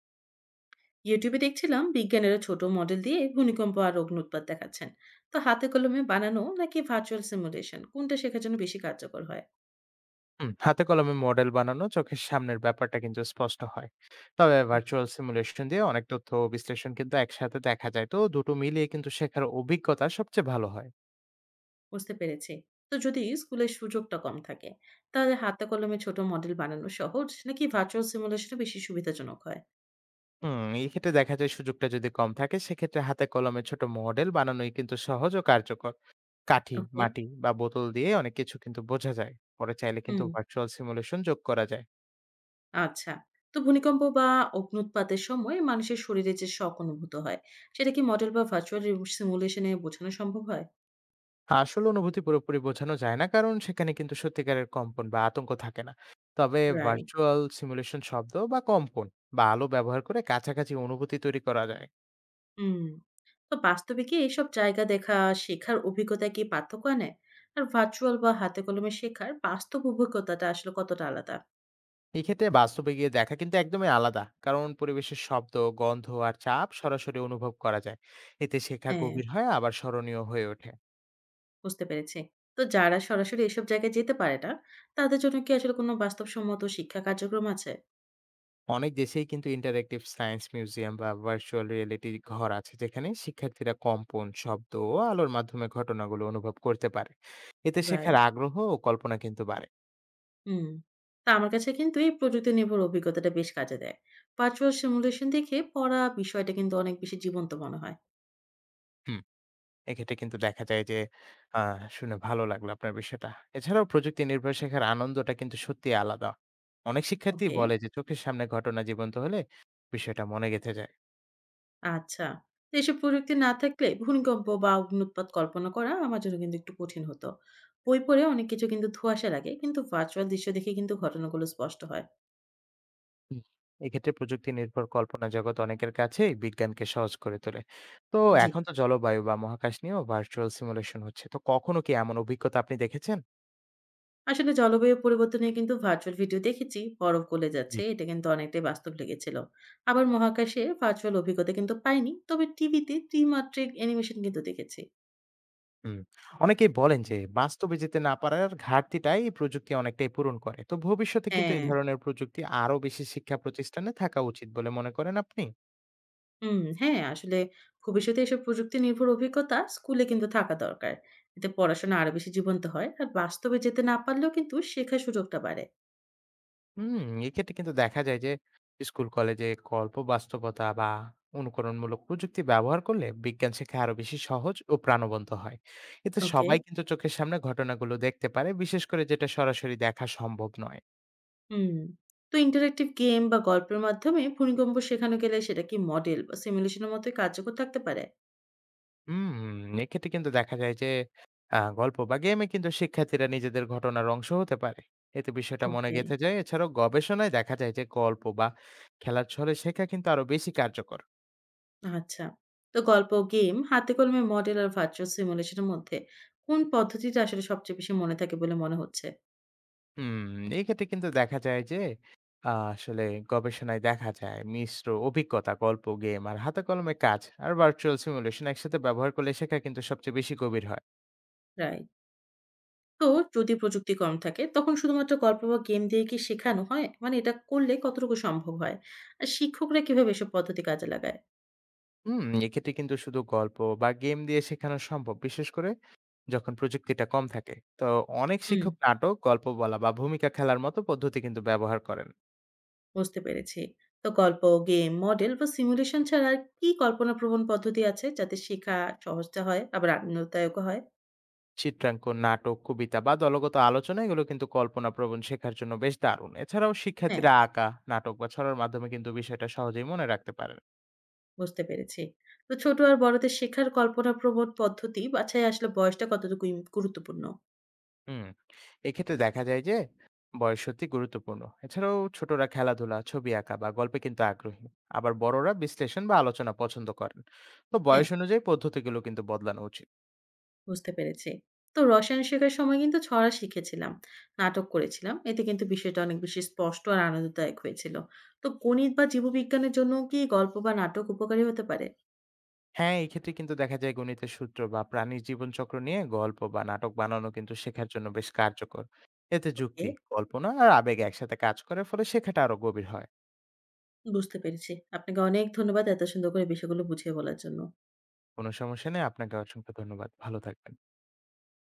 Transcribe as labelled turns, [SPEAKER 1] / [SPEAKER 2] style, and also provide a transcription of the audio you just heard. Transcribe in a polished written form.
[SPEAKER 1] ইউটিউবে দেখছিলাম বিজ্ঞানীরা ছোট মডেল দিয়ে ভূমিকম্প আর অগ্নুৎপাত দেখাচ্ছেন তো হাতে কলমে বানানো নাকি ভার্চুয়াল সিমুলেশন কোনটা শেখার জন্য বেশি কার্যকর হয়?
[SPEAKER 2] হুম, হাতে কলমে মডেল বানানো চোখের সামনের ব্যাপারটা কিন্তু স্পষ্ট হয়। তবে
[SPEAKER 1] জি।
[SPEAKER 2] ভার্চুয়াল সিমুলেশন দিয়ে অনেক তথ্য ও বিশ্লেষণ কিন্তু একসাথে দেখা যায়। তো দুটো মিলিয়ে কিন্তু শেখার অভিজ্ঞতা সবচেয়ে ভালো হয়।
[SPEAKER 1] বুঝতে পেরেছি। তো যদি স্কুলের সুযোগটা কম থাকে তাহলে হাতে কলমে ছোট মডেল বানানো সহজ নাকি ভার্চুয়াল সিমুলেশন বেশি সুবিধাজনক হয়?
[SPEAKER 2] হুম, এই ক্ষেত্রে দেখা যায় সুযোগটা যদি কম থাকে, সেক্ষেত্রে হাতে কলমে ছোট মডেল বানানোই কিন্তু সহজ ও কার্যকর। কাঠি,
[SPEAKER 1] ওকে।
[SPEAKER 2] মাটি বা বোতল দিয়ে অনেক কিছু কিন্তু বোঝা যায়। পরে চাইলে কিন্তু
[SPEAKER 1] হুম।
[SPEAKER 2] ভার্চুয়াল সিমুলেশন যোগ করা যায়।
[SPEAKER 1] আচ্ছা। তো ভূমিকম্প বা অগ্নুৎপাতের সময় মানুষের শরীরে যে শক অনুভূত হয় সেটা কি মডেল বা ভার্চুয়াল সিমুলেশনে বোঝানো সম্ভব হয়?
[SPEAKER 2] আসল অনুভূতি পুরোপুরি বোঝানো যায় না, কারণ সেখানে কিন্তু সত্যিকারের কম্পন বা আতঙ্ক থাকে না। তবে
[SPEAKER 1] রাইট।
[SPEAKER 2] ভার্চুয়াল সিমুলেশন শব্দ বা কম্পন বা আলো ব্যবহার করে কাছাকাছি অনুভূতি তৈরি করা যায়।
[SPEAKER 1] হুম। তো বাস্তবে কি এইসব জায়গা দেখা, শেখার অভিজ্ঞতায় কি পার্থক্য আনে? আর ভার্চুয়াল বা হাতে কলমে শেখার বাস্তব অভিজ্ঞতাটা আসলে কতটা আলাদা?
[SPEAKER 2] এক্ষেত্রে বাস্তবে গিয়ে দেখা কিন্তু একদমই আলাদা, কারণ পরিবেশের শব্দ, গন্ধ আর চাপ সরাসরি অনুভব করা যায়। এতে শেখা
[SPEAKER 1] হ্যাঁ,
[SPEAKER 2] গভীর হয়, আবার স্মরণীয় হয়ে ওঠে।
[SPEAKER 1] বুঝতে পেরেছি। তো যারা সরাসরি এসব জায়গায় যেতে পারে না, তাদের জন্য কি আসলে কোনো বাস্তবসম্মত শিক্ষা কার্যক্রম আছে?
[SPEAKER 2] অনেক দেশেই কিন্তু ইন্টারেক্টিভ সায়েন্স মিউজিয়াম বা ভার্চুয়াল রিয়েলিটি ঘর আছে, যেখানে শিক্ষার্থীরা কম্পন, শব্দ ও আলোর মাধ্যমে ঘটনাগুলো অনুভব করতে পারে। এতে শেখার
[SPEAKER 1] রাইট।
[SPEAKER 2] আগ্রহ ও কল্পনা কিন্তু বাড়ে।
[SPEAKER 1] হুম। তা আমার কাছে কিন্তু এই প্রযুক্তি নির্ভর অভিজ্ঞতাটা বেশ কাজে দেয়। ভার্চুয়াল সিমুলেশন দেখে পড়া বিষয়টা কিন্তু অনেক বেশি জীবন্ত মনে হয়।
[SPEAKER 2] হুম, এক্ষেত্রে কিন্তু দেখা যায় যে শুনে ভালো লাগলো আপনার বিষয়টা। এছাড়াও প্রযুক্তি নির্ভর শেখার আনন্দটা কিন্তু সত্যি আলাদা। অনেক শিক্ষার্থী
[SPEAKER 1] ওকে।
[SPEAKER 2] বলে যে চোখের সামনে ঘটনা জীবন্ত হলে বিষয়টা মনে গেঁথে যায়।
[SPEAKER 1] আচ্ছা। তো এসব প্রযুক্তি না থাকলে ভূমিকম্প বা অগ্ন্যুৎপাত কল্পনা করা আমার জন্য কিন্তু একটু কঠিন হতো। বই পড়ে অনেক কিছু কিন্তু ধোঁয়াশা লাগে। কিন্তু ভার্চুয়াল দৃশ্য দেখে কিন্তু ঘটনাগুলো স্পষ্ট হয়।
[SPEAKER 2] হুম, এক্ষেত্রে প্রযুক্তি নির্ভর কল্পনা জগৎ অনেকের কাছেই বিজ্ঞানকে সহজ করে তোলে। তো
[SPEAKER 1] জি।
[SPEAKER 2] এখন তো জলবায়ু বা মহাকাশ নিয়েও ভার্চুয়াল সিমুলেশন হচ্ছে, তো কখনো কি এমন অভিজ্ঞতা আপনি দেখেছেন?
[SPEAKER 1] আসলে জলবায়ু পরিবর্তনে কিন্তু ভার্চুয়াল ভিডিও দেখেছি। বরফ গলে
[SPEAKER 2] জি।
[SPEAKER 1] যাচ্ছে। এটা কিন্তু অনেকটাই বাস্তব লেগেছিল। আবার মহাকাশে ভার্চুয়াল অভিজ্ঞতা কিন্তু পাইনি। তবে টিভিতে ত্রিমাত্রিক অ্যানিমেশন কিন্তু দেখেছি।
[SPEAKER 2] হুম। অনেকেই বলেন যে বাস্তবে যেতে না পারার ঘাটতিটাই এই প্রযুক্তি অনেকটাই পূরণ করে। তো ভবিষ্যতে কিন্তু এই
[SPEAKER 1] হ্যাঁ।
[SPEAKER 2] ধরনের প্রযুক্তি আরো বেশি শিক্ষা প্রতিষ্ঠানে থাকা উচিত বলে মনে করেন আপনি?
[SPEAKER 1] হুম, হ্যাঁ, আসলে ভবিষ্যতে এসব প্রযুক্তি নির্ভর অভিজ্ঞতা স্কুলে কিন্তু থাকা দরকার। এতে পড়াশোনা আরো বেশি জীবন্ত হয়। আর বাস্তবে যেতে না পারলেও কিন্তু শেখার সুযোগটা বাড়ে।
[SPEAKER 2] হুম, এক্ষেত্রে কিন্তু দেখা যায় যে স্কুল কলেজে গল্প, বাস্তবতা বা অনুকরণমূলক প্রযুক্তি ব্যবহার করলে বিজ্ঞান শেখা আরো বেশি সহজ ও প্রাণবন্ত হয়। এতে
[SPEAKER 1] ওকে,
[SPEAKER 2] সবাই কিন্তু চোখের সামনে ঘটনাগুলো দেখতে পারে, বিশেষ করে যেটা সরাসরি দেখা সম্ভব নয়।
[SPEAKER 1] হুম। তো ইন্টারেক্টিভ গেম বা গল্পের মাধ্যমে ভূমিকম্প শেখানো গেলে সেটা কি মডেল বা সিমুলেশনের মতোই কার্যকর থাকতে পারে?
[SPEAKER 2] হুম, এক্ষেত্রে কিন্তু দেখা যায় যে গল্প বা গেমে কিন্তু শিক্ষার্থীরা নিজেদের ঘটনার অংশ হতে পারে। এতে বিষয়টা মনে
[SPEAKER 1] ওকে,
[SPEAKER 2] গেঁথে যায়। এছাড়াও গবেষণায় দেখা যায় যে গল্প বা খেলার ছলে শেখা কিন্তু আরো বেশি কার্যকর।
[SPEAKER 1] আচ্ছা। তো গল্প, গেম, হাতে কলমে মডেল আর ভার্চুয়াল সিমুলেশনের মধ্যে কোন পদ্ধতিটা আসলে সবচেয়ে বেশি মনে থাকে বলে মনে হচ্ছে?
[SPEAKER 2] হুম, এক্ষেত্রে কিন্তু দেখা যায় যে আ আসলে গবেষণায় দেখা যায় মিশ্র অভিজ্ঞতা, গল্প, গেম আর হাতে কলমে কাজ আর ভার্চুয়াল সিমুলেশন একসাথে ব্যবহার করলে শেখা কিন্তু সবচেয়ে বেশি গভীর হয়।
[SPEAKER 1] রাইট। তো যদি প্রযুক্তি কম থাকে তখন শুধুমাত্র গল্প বা গেম দিয়ে কি শেখানো হয়? মানে এটা করলে কতটুকু সম্ভব হয়? আর শিক্ষকরা কিভাবে এসব পদ্ধতি কাজে লাগায়?
[SPEAKER 2] হুম, এক্ষেত্রে কিন্তু শুধু গল্প বা গেম দিয়ে শেখানো সম্ভব, বিশেষ করে যখন প্রযুক্তিটা কম থাকে। তো অনেক
[SPEAKER 1] হুম,
[SPEAKER 2] শিক্ষক নাটক, গল্প বলা বা ভূমিকা খেলার মতো পদ্ধতি কিন্তু ব্যবহার করেন।
[SPEAKER 1] বুঝতে পেরেছি। তো গল্প, গেম, মডেল বা সিমুলেশন ছাড়া আর কি কল্পনাপ্রবণ পদ্ধতি আছে যাতে শেখা সহজটা হয় আবার আনন্দদায়কও হয়?
[SPEAKER 2] চিত্রাঙ্কন, নাটক, কবিতা বা দলগত আলোচনা এগুলো কিন্তু কল্পনাপ্রবণ শেখার জন্য বেশ দারুণ। এছাড়াও
[SPEAKER 1] হ্যাঁ,
[SPEAKER 2] শিক্ষার্থীরা আঁকা, নাটক বা ছড়ার মাধ্যমে কিন্তু বিষয়টা সহজেই মনে রাখতে পারেন।
[SPEAKER 1] বুঝতে পেরেছি। তো ছোট আর বড়দের শেখার কল্পনাপ্রবণ পদ্ধতি বাছাই আসলে বয়সটা কতটুকু গুরুত্বপূর্ণ?
[SPEAKER 2] হুম, এক্ষেত্রে দেখা যায় যে বয়স সত্যি গুরুত্বপূর্ণ। এছাড়াও ছোটরা খেলাধুলা, ছবি আঁকা বা গল্পে কিন্তু আগ্রহী। আবার বড়রা বিশ্লেষণ বা আলোচনা পছন্দ করেন। তো
[SPEAKER 1] হ্যাঁ।
[SPEAKER 2] বয়স অনুযায়ী পদ্ধতিগুলো কিন্তু বদলানো উচিত।
[SPEAKER 1] বুঝতে পেরেছি। তো রসায়ন শেখার সময় কিন্তু ছড়া শিখেছিলাম, নাটক করেছিলাম। এতে কিন্তু বিষয়টা অনেক বেশি স্পষ্ট আর আনন্দদায়ক হয়েছিল। তো গণিত বা জীববিজ্ঞানের জন্য কি গল্প বা নাটক উপকারী হতে পারে?
[SPEAKER 2] হ্যাঁ, এই ক্ষেত্রে কিন্তু দেখা যায় গণিতের সূত্র বা প্রাণীর জীবনচক্র নিয়ে গল্প বা নাটক বানানো কিন্তু শেখার জন্য বেশ কার্যকর। এতে
[SPEAKER 1] ওকে,
[SPEAKER 2] যুক্তি, কল্পনা আর আবেগ একসাথে কাজ করে, ফলে শেখাটা আরো গভীর হয়।
[SPEAKER 1] বুঝতে পেরেছি। আপনাকে অনেক ধন্যবাদ এত সুন্দর করে বিষয়গুলো বুঝিয়ে বলার জন্য।
[SPEAKER 2] কোনো সমস্যা নেই। আপনাকে অসংখ্য ধন্যবাদ। ভালো থাকবেন।